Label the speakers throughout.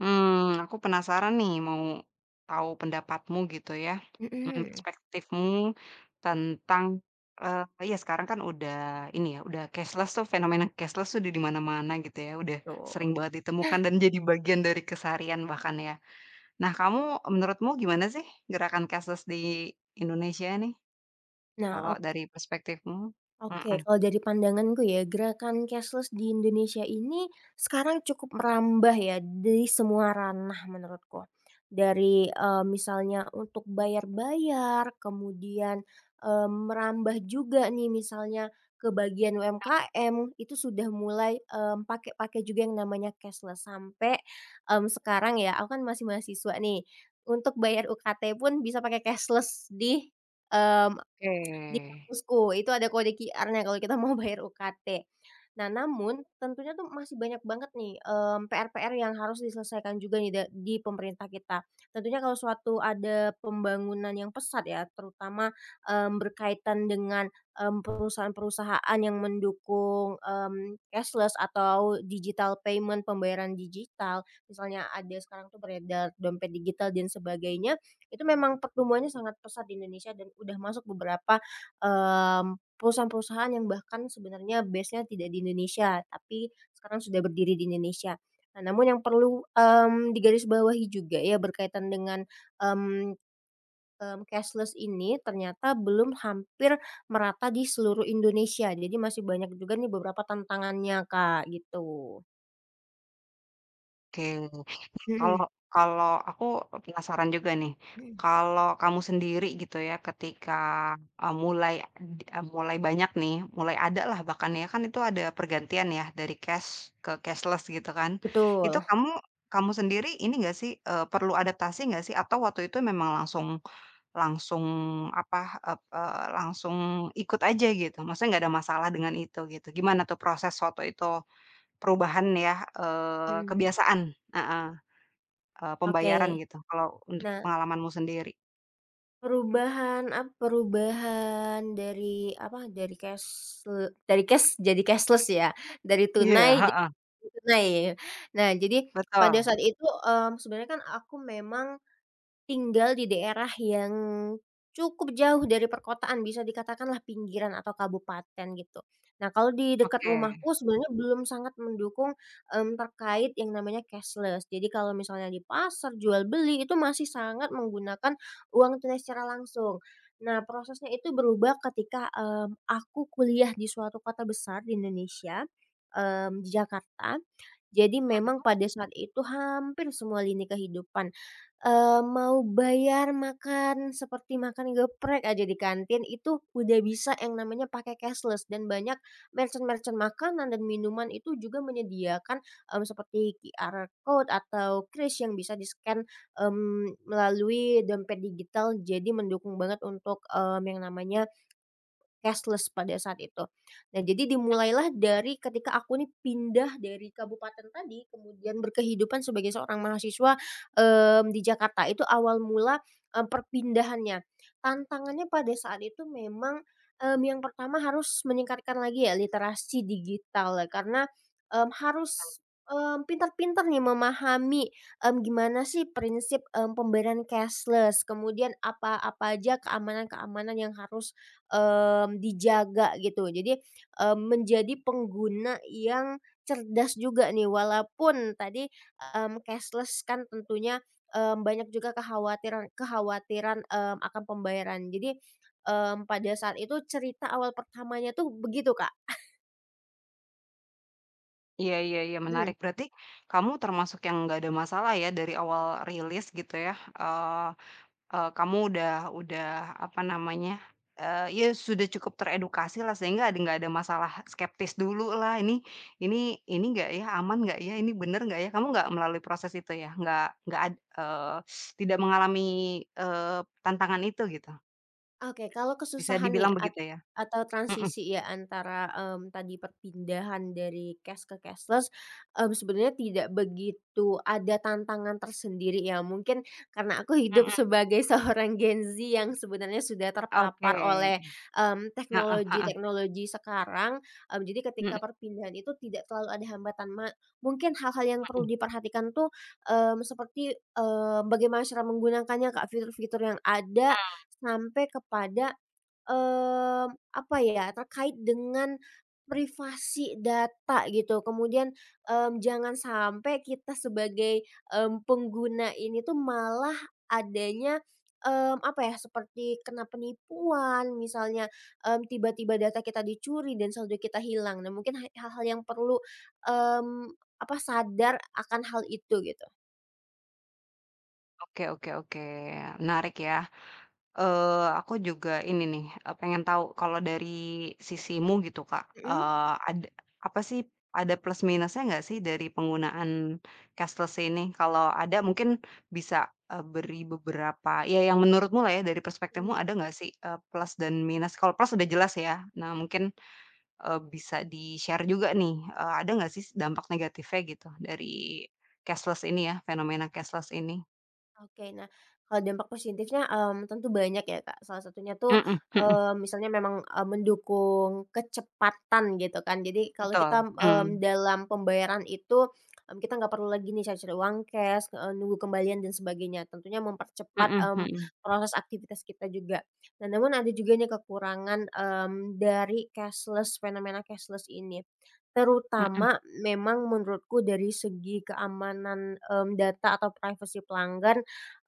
Speaker 1: Aku penasaran nih mau tahu pendapatmu gitu ya,
Speaker 2: Mhm.
Speaker 1: perspektifmu tentang, eee, ya sekarang kan udah ini ya, udah cashless tuh fenomena cashless tuh udah di mana-mana gitu ya, udah
Speaker 2: Tuh.
Speaker 1: sering banget ditemukan dan jadi bagian dari keseharian bahkan ya. Nah kamu menurutmu gimana sih gerakan cashless di Indonesia nih,
Speaker 2: Nah,
Speaker 1: kalau
Speaker 2: ok
Speaker 1: dari perspektifmu?
Speaker 2: oke,
Speaker 1: Mhm,
Speaker 2: kalau dari pandanganku ya, gerakan cashless di Indonesia ini sekarang cukup merambah ya di semua ranah menurutku. Dari, misalnya untuk bayar-bayar, kemudian, merambah juga nih misalnya ke bagian UMKM, itu sudah mulai, pakai pakai juga yang namanya cashless. Sampai, sekarang ya, aku kan masih mahasiswa nih, untuk bayar UKT pun bisa pakai cashless mmm, Di
Speaker 1: oke.
Speaker 2: kampusku, itu ada kode QR-nya kalau kita mau bayar UKT. Nah, namun tentunya tuh masih banyak banget nih, PR-PR yang harus diselesaikan juga nih di pemerintah kita. Tentunya kalau suatu ada pembangunan yang pesat ya, terutama, berkaitan dengan, perusahaan-perusahaan yang mendukung, cashless atau digital payment, pembayaran digital, misalnya ada sekarang tuh beredar dompet digital dan sebagainya, itu memang pertumbuhannya sangat pesat di Indonesia dan udah masuk beberapa perusahaan-perusahaan yang bahkan sebenarnya base-nya tidak di Indonesia, tapi sekarang sudah berdiri di Indonesia. Nah, namun yang perlu, digarisbawahi juga ya berkaitan dengan, mmm cashless ini ternyata belum hampir merata di seluruh Indonesia. Jadi masih banyak juga nih beberapa tantangannya, Kak, gitu.
Speaker 1: Oke. Kalau
Speaker 2: Mhm
Speaker 1: kalau aku penasaran juga nih,
Speaker 2: mhm.
Speaker 1: kalau kamu sendiri gitu ya ketika, eee, mulai d eee, mulai banyak nih, mulai ada lah bahkan ya, kan itu ada pergantian ya dari cash ke cashless gitu kan. Itu
Speaker 2: Betul,
Speaker 1: kamu kamu sendiri ini nggak sih, perlu adaptasi nggak sih atau waktu itu memang langsung langsung apa, ep eee, langsung ikut aja gitu? Maksudnya nggak ada masalah dengan itu gitu, gimana tuh proses waktu itu perubahan ya,
Speaker 2: mhm,
Speaker 1: kebiasaan? Heeh. Pembayaran
Speaker 2: oke.
Speaker 1: gitu, kalau untuk
Speaker 2: Nah,
Speaker 1: pengalamanmu sendiri?
Speaker 2: perubahan dari cash jadi cashless ya, dari
Speaker 1: Iya,
Speaker 2: tunai jadi
Speaker 1: heeh,
Speaker 2: tunai. Nah, jadi pada
Speaker 1: betul.
Speaker 2: saat itu, sebenarnya kan aku memang tinggal di daerah yang cukup jauh dari perkotaan, bisa dikatakanlah pinggiran atau kabupaten gitu. Nah, kalau di dekat
Speaker 1: Oke,
Speaker 2: rumahku sebenarnya belum sangat mendukung, terkait yang namanya cashless. Jadi kalau misalnya di pasar, jual beli, itu masih sangat menggunakan uang tunai secara langsung. Nah, prosesnya itu berubah ketika, aku kuliah di suatu kota besar di Indonesia, di Jakarta. Jadi memang pada saat itu hampir semua lini kehidupan mau bayar makan seperti makan geprek aja di kantin itu udah bisa yang namanya pakai cashless, dan banyak merchant-merchant makanan dan minuman itu juga menyediakan, seperti QR code atau kris yang bisa di-scan, melalui dompet digital, jadi mendukung banget untuk, yang namanya cashless pada saat itu. Nah, jadi dimulailah dari ketika aku nih pindah dari kabupaten tadi, kemudian berkehidupan sebagai seorang mahasiswa, di Jakarta. Itu awal mula, perpindahannya. Tantangannya pada saat itu memang, yang pertama harus meningkatkan lagi ya literasi digital ya, karena, harus, pintar-pintar nih memahami, gimana sih prinsip, pembayaran cashless, kemudian apa apa aja keamanan-keamanan yang harus dijaga gitu. Jadi, menjadi pengguna yang cerdas juga nih, walaupun tadi, cashless kan tentunya, banyak juga kekhawatiran kekhawatiran, akan pembayaran. Jadi, pada saat itu cerita awal pertamanya tuh begitu, Kak.
Speaker 1: iya iya iya
Speaker 2: Mhm.
Speaker 1: menarik, berarti kamu termasuk yang nggak ada masalah ya dari awal rilis gitu ya, eee eee, kamu udah apa namanya, ya sudah cukup teredukasi lah sehingga ada nggak ada masalah skeptis dulu lah, ini ini nggak ya, aman nggak ya, ini bener nggak ya, kamu nggak melalui proses itu ya? Nggak ad eee, tidak mengalami, tantangan itu gitu,
Speaker 2: Oke, kalau
Speaker 1: bisa
Speaker 2: kesusahan nih
Speaker 1: dibilang begitu ya?
Speaker 2: atau
Speaker 1: Mhm.
Speaker 2: transisi ya antara, tadi perpindahan dari cash ke cashless, sebenarnya tidak begitu ada tantangan tersendiri ya. Mungkin karena aku hidup
Speaker 1: Mhm,
Speaker 2: sebagai seorang Gen Z yang sebenarnya sudah terpapar
Speaker 1: oke.
Speaker 2: oleh,
Speaker 1: Heeh heeh.
Speaker 2: teknologi-teknologi sekarang, jadi ketika
Speaker 1: Mhm
Speaker 2: perpindahan itu tidak terlalu ada hambatan. Mungkin hal-hal yang perlu
Speaker 1: mhm.
Speaker 2: diperhatikan tuh, seperti, bagaimana cara menggunakannya, Kak, fitur-fitur yang ada
Speaker 1: Mmm,
Speaker 2: sampai kepada, mmm, apa ya, terkait dengan privasi data gitu. Kemudian, jangan sampai kita sebagai, pengguna ini tuh malah adanya, apa ya, seperti kena penipuan misalnya, tiba-tiba data kita dicuri dan saldo kita hilang. Nah mungkin hal-hal yang perlu, mmm, apa, sadar akan hal itu gitu.
Speaker 1: oke oke oke. Menarik ya. Aku juga ini nih, pengen tahu kalau dari sisimu gitu, Kak,
Speaker 2: Mhm?
Speaker 1: ada apa sih, ada plus minusnya nggak sih dari penggunaan cashless ini? Kalau ada mungkin bisa, beri beberapa ya yang menurutmu lah ya, dari perspektifmu ada nggak sih, plus dan minus? Kalau plus udah jelas ya. Nah mungkin bisa di-share juga nih, ada nggak sih dampak negatifnya gitu dari cashless ini ya, fenomena cashless ini?
Speaker 2: Oke, nah kalau dampak positifnya, tentu banyak ya, Kak. Salah satunya tuh,
Speaker 1: Mhm mhm.
Speaker 2: misalnya memang, mendukung kecepatan gitu kan. Jadi kalau kita,
Speaker 1: Betul, mhm.
Speaker 2: dalam pembayaran itu, kita nggak perlu lagi nih cari-cari uang cash, nunggu kembalian dan sebagainya. Tentunya mempercepat,
Speaker 1: Mhm mhm
Speaker 2: proses aktivitas kita juga. Nah, namun ada juga nih kekurangan, dari cashless, fenomena cashless ini.
Speaker 1: mhm
Speaker 2: Terutama memang menurutku dari segi keamanan, data atau privasi pelanggan.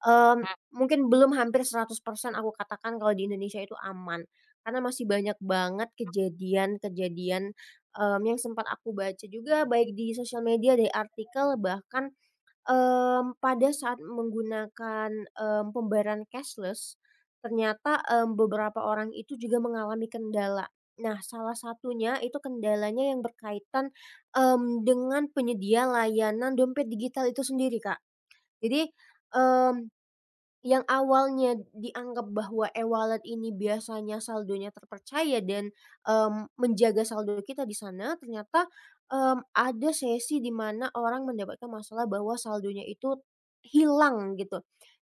Speaker 1: mhm.
Speaker 2: Mungkin belum hampir 100% aku katakan kalau di Indonesia itu aman, karena masih banyak banget kejadian-kejadian, yang sempat aku baca juga, baik di sosial media, dari artikel, bahkan, pada saat menggunakan, pembayaran cashless, ternyata, beberapa orang itu juga mengalami kendala. Nah, salah satunya itu kendalanya yang berkaitan, dengan penyedia layanan dompet digital itu sendiri, Kak. Jadi, mmm yang awalnya dianggap bahwa e-wallet ini biasanya saldonya terpercaya dan, menjaga saldo kita di sana, ternyata, ada sesi di mana orang mendapatkan masalah bahwa saldonya itu hilang gitu.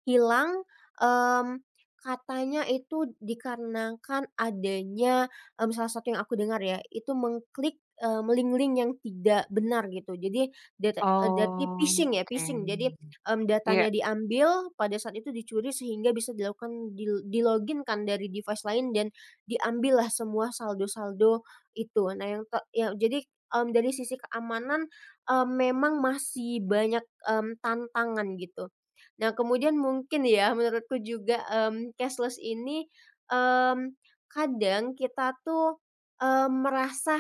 Speaker 2: Hilang, mmm, katanya itu dikarenakan adanya, salah satu yang aku dengar ya, itu mengklik, link-link yang tidak benar gitu. Jadi data dari
Speaker 1: Oh,
Speaker 2: phishing ya,
Speaker 1: oke.
Speaker 2: phishing. Jadi
Speaker 1: Iya,
Speaker 2: datanya diambil, pada saat itu dicuri, sehingga bisa dilakukan di login dari device lain dan diambillah semua saldo-saldo itu. Nah yang ya jadi, dari sisi keamanan, memang masih banyak, tantangan gitu. Nah kemudian mungkin ya menurutku juga, cashless ini, mmm, kadang kita tuh, merasa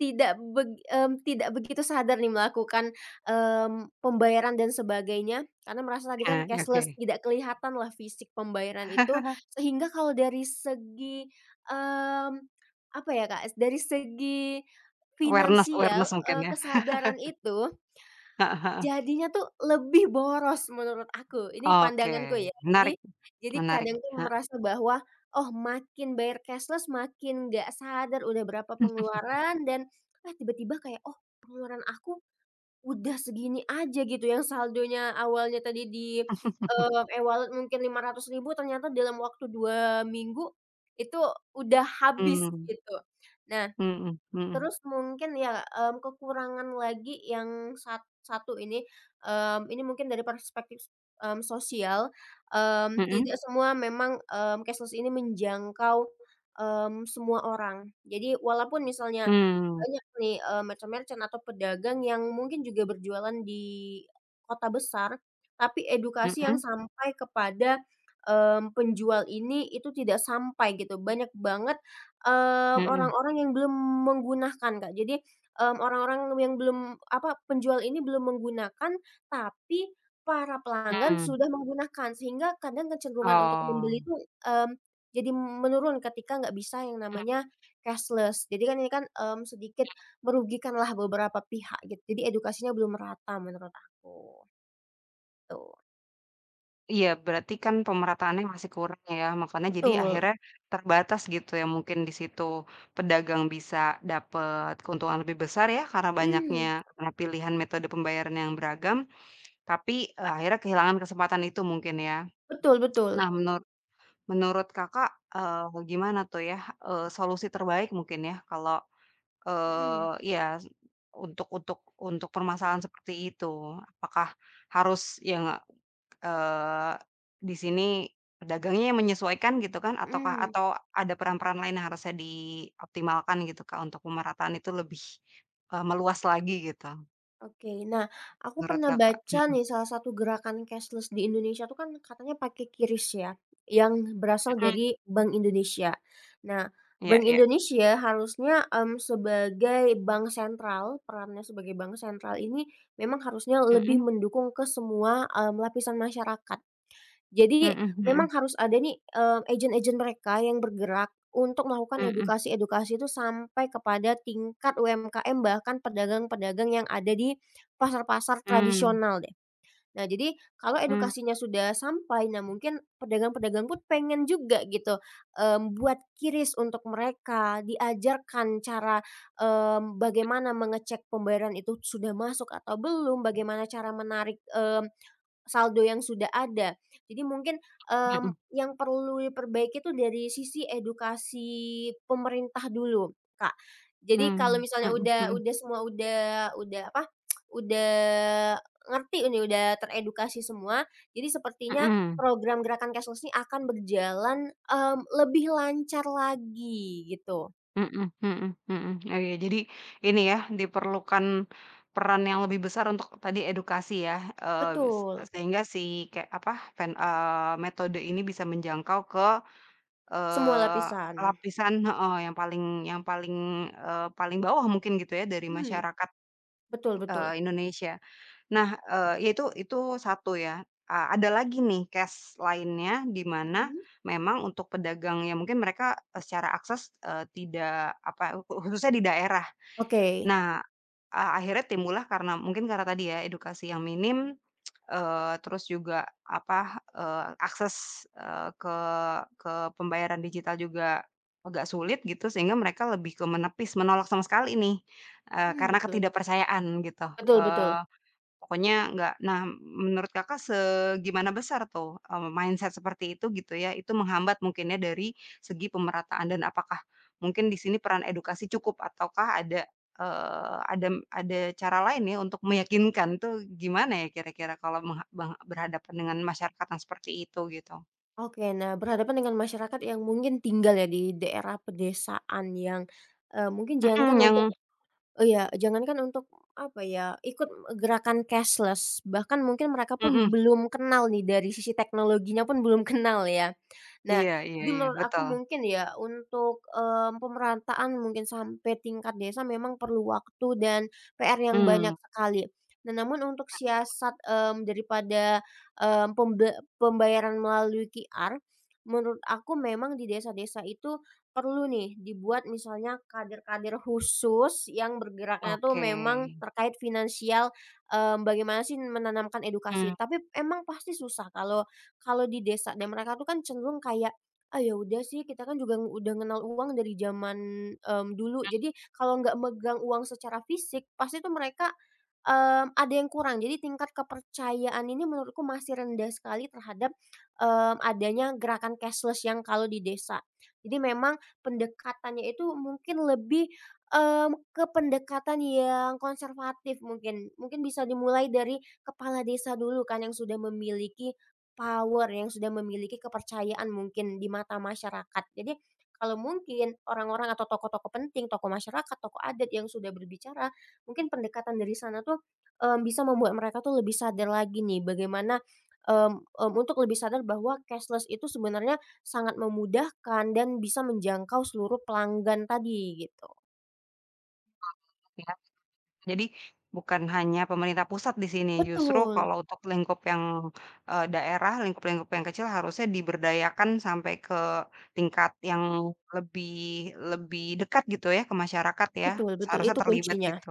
Speaker 2: tidak begitu sadar nih melakukan, pembayaran dan sebagainya, karena merasa tadi kan
Speaker 1: heeh, oke.
Speaker 2: cashless, tidak kelihatan lah fisik pembayaran itu, sehingga kalau dari segi, mmm, apa ya, Kak, dari segi
Speaker 1: Awareness
Speaker 2: finansial,
Speaker 1: awareness mungkin ya?
Speaker 2: kesadaran itu
Speaker 1: Heeh heeh.
Speaker 2: jadinya tuh lebih boros menurut aku, ini
Speaker 1: Oke,
Speaker 2: pandanganku ya. Jadi
Speaker 1: menarik menarik,
Speaker 2: kadang tuh
Speaker 1: heeh.
Speaker 2: merasa bahwa, oh, makin bayar cashless makin nggak sadar udah berapa pengeluaran, dan, ah, tiba-tiba kayak, oh pengeluaran aku udah segini aja gitu, yang saldonya awalnya tadi di, e-wallet mungkin Rp500.000, ternyata dalam waktu 2 minggu itu udah habis
Speaker 1: Mmm,
Speaker 2: gitu. Nah,
Speaker 1: mhm mhm.
Speaker 2: terus mungkin ya, kekurangan lagi yang satu ini, ini mungkin dari perspektif, sosial,
Speaker 1: Mhm,
Speaker 2: tidak semua memang, cashless ini menjangkau, semua orang. Jadi walaupun misalnya
Speaker 1: mmm,
Speaker 2: banyak nih, merchant-merchant atau pedagang yang mungkin juga berjualan di kota besar, tapi
Speaker 1: mhm
Speaker 2: edukasi yang
Speaker 1: mhm,
Speaker 2: sampai kepada, penjual ini itu tidak sampai gitu. Banyak banget,
Speaker 1: mhm.
Speaker 2: orang-orang yang belum menggunakan, Kak. Jadi, orang-orang yang belum apa, penjual ini belum menggunakan, tapi para pelanggan
Speaker 1: Mmm.
Speaker 2: sudah menggunakan, sehingga kadang kecenderungan untuk
Speaker 1: Oh.
Speaker 2: membeli itu, mmm, jadi menurun ketika nggak bisa yang namanya cashless. Jadi kan ini kan, sedikit merugikanlah beberapa pihak gitu, jadi edukasinya belum merata menurut aku, gitu.
Speaker 1: Iya, berarti kan pemerataannya masih kurang ya, makanya jadi
Speaker 2: Betul,
Speaker 1: akhirnya terbatas gitu ya mungkin di situ pedagang bisa dapat keuntungan lebih besar ya karena banyaknya
Speaker 2: mhm,
Speaker 1: karena pilihan metode pembayaran yang beragam, tapi, akhirnya kehilangan kesempatan itu mungkin ya.
Speaker 2: betul betul,
Speaker 1: Nah menurut menurut Kakak, gimana tuh ya, solusi terbaik mungkin ya kalau,
Speaker 2: mhm
Speaker 1: iya untuk untuk untuk permasalahan seperti itu? Apakah harus yang Eee, di sini pedagangnya yang menyesuaikan gitu kan ataukah
Speaker 2: mhm.
Speaker 1: atau ada peran-peran lain yang harusnya dioptimalkan gitu, Kak, untuk pemerataan itu lebih, meluas lagi gitu
Speaker 2: Oke. Nah, aku
Speaker 1: menurut
Speaker 2: pernah
Speaker 1: Kakak?
Speaker 2: baca
Speaker 1: Mhm
Speaker 2: nih salah satu gerakan cashless di Indonesia tuh kan katanya pakai QRIS ya, yang berasal
Speaker 1: mhm,
Speaker 2: dari Bank Indonesia. Nah,
Speaker 1: iya
Speaker 2: Bank
Speaker 1: iya,
Speaker 2: Indonesia harusnya, sebagai bank sentral, perannya sebagai bank sentral ini memang harusnya lebih
Speaker 1: mhm,
Speaker 2: mendukung ke semua, lapisan masyarakat. Jadi
Speaker 1: mhm mhm,
Speaker 2: memang harus ada nih, agen mereka yang bergerak untuk melakukan
Speaker 1: mhm,
Speaker 2: edukasi-edukasi itu sampai kepada tingkat UMKM, bahkan pedagang-pedagang yang ada di pasar-pasar
Speaker 1: mhm,
Speaker 2: tradisional deh. Nah, jadi kalau
Speaker 1: mmm,
Speaker 2: edukasinya sudah sampai, nah mungkin pedagang-pedagang pun pengen juga gitu, buat kiris untuk mereka, diajarkan cara, bagaimana mengecek pembayaran itu sudah masuk atau belum, bagaimana cara menarik, saldo yang sudah ada. Jadi mungkin,
Speaker 1: mhm, mhm,
Speaker 2: yang perlu diperbaiki itu dari sisi edukasi pemerintah dulu, Kak. Jadi kalau
Speaker 1: mmm,
Speaker 2: misalnya
Speaker 1: mhm mhm,
Speaker 2: udah semua udah apa, udah ngerti ini, udah teredukasi semua, jadi sepertinya
Speaker 1: mhm.
Speaker 2: program gerakan cashless ini akan berjalan, mmm, lebih lancar lagi gitu.
Speaker 1: Mhm mhm mhm. Oh iya, jadi ini ya, diperlukan peran yang lebih besar untuk tadi edukasi ya, eee, se
Speaker 2: Betul,
Speaker 1: sehingga si kayak apa, metode ini bisa menjangkau ke,
Speaker 2: semua
Speaker 1: eee,
Speaker 2: lapisan.
Speaker 1: lapisan heeh, yang paling, paling bawah mungkin gitu ya dari
Speaker 2: Mhm,
Speaker 1: masyarakat,
Speaker 2: betul betul.
Speaker 1: Indonesia. Nah, ya itu satu ya, ada lagi nih case lainnya di mana
Speaker 2: Mhm.
Speaker 1: memang untuk pedagang yang mungkin mereka, secara akses, tidak apa, khususnya di daerah.
Speaker 2: Oke.
Speaker 1: Nah, akhirnya timbullah karena mungkin karena tadi ya edukasi yang minim, terus juga apa, akses, eee, ke pembayaran digital juga agak sulit gitu sehingga mereka lebih ke menepis, menolak sama sekali nih,
Speaker 2: Mmm,
Speaker 1: karena
Speaker 2: betul.
Speaker 1: ketidakpercayaan gitu,
Speaker 2: Betul betul.
Speaker 1: eee Pokoknya nggak nah, menurut Kakak segimana besar tuh, mindset seperti itu gitu ya, itu menghambat mungkinnya dari segi pemerataan dan apakah mungkin di sini peran edukasi cukup ataukah ada, eee, ada ada cara lain ya untuk meyakinkan tuh gimana ya kira-kira kalau mengha beng berhadapan dengan masyarakat yang seperti itu gitu?
Speaker 2: Oke, nah berhadapan dengan masyarakat yang mungkin tinggal ya di daerah pedesaan yang, mungkin jangankan
Speaker 1: Mhm, yang
Speaker 2: untuk iya, jangankan untuk apa ya, ikut gerakan cashless, bahkan mungkin mereka
Speaker 1: mhm,
Speaker 2: pun belum kenal nih, dari sisi teknologinya pun belum kenal ya. Nah,
Speaker 1: iya iya
Speaker 2: jadi
Speaker 1: iya,
Speaker 2: menurut aku
Speaker 1: betul.
Speaker 2: mungkin ya untuk, pemerataan mungkin sampai tingkat desa memang perlu waktu dan PR yang banyak
Speaker 1: Mmm,
Speaker 2: sekali. Nah, namun untuk siasat, daripada, mmm, pembe pembayaran melalui QR, menurut aku memang di desa-desa itu perlu nih dibuat misalnya kader-kader khusus yang bergeraknya tuh
Speaker 1: oke,
Speaker 2: memang terkait finansial, bagaimana sih menanamkan
Speaker 1: mmm.
Speaker 2: edukasi. Tapi emang pasti susah, kalau kalau di desa dan mereka tuh kan cenderung kayak, "Ah, ya udah sih, kita kan juga udah kenal uang dari zaman, dulu." Jadi kalau nggak megang uang secara fisik pasti tuh mereka, ada yang kurang. Jadi tingkat kepercayaan ini menurutku masih rendah sekali terhadap, adanya gerakan cashless yang kalau di desa. Jadi memang pendekatannya itu mungkin lebih, mmm, ke pendekatan yang konservatif mungkin. Mungkin bisa dimulai dari kepala desa dulu kan, yang sudah memiliki power, yang sudah memiliki kepercayaan mungkin di mata masyarakat. Jadi kalau mungkin orang-orang atau tokoh-tokoh penting, tokoh masyarakat, tokoh adat yang sudah berbicara, mungkin pendekatan dari sana tuh, bisa membuat mereka tuh lebih sadar lagi nih bagaimana, untuk lebih sadar bahwa cashless itu sebenarnya sangat memudahkan dan bisa menjangkau seluruh pelanggan tadi gitu.
Speaker 1: Jadi, bukan hanya pemerintah pusat di sini, justru
Speaker 2: Betul,
Speaker 1: kalau untuk lingkup yang, daerah, lingkup-lingkup yang kecil harusnya diberdayakan sampai ke tingkat yang lebih lebih dekat gitu ya ke masyarakat ya,
Speaker 2: betul betul,
Speaker 1: seharusnya
Speaker 2: itu
Speaker 1: terlibat
Speaker 2: kuncinya.
Speaker 1: gitu.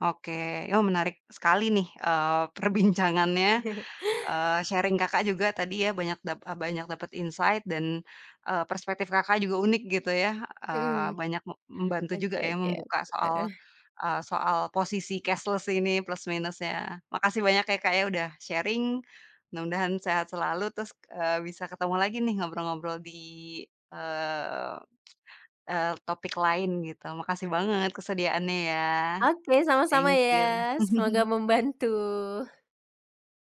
Speaker 1: Oke, oh menarik sekali nih, perbincangannya sharing Kakak juga tadi ya banyak dapat insight dan, perspektif Kakak juga unik gitu ya, eee,
Speaker 2: Mhm,
Speaker 1: banyak me membantu juga
Speaker 2: oke
Speaker 1: ya
Speaker 2: oke
Speaker 1: membuka
Speaker 2: oke,
Speaker 1: soal, soal posisi cashless ini plus minusnya. Makasih banyak ya Kak ya udah sharing, mudah-mudahan sehat selalu terus, bisa ketemu lagi nih ngobrol-ngobrol di, eee eee, topik lain gitu. Makasih banget kesediaannya ya.
Speaker 2: oke, sama-sama
Speaker 1: Thank you.
Speaker 2: ya, semoga membantu.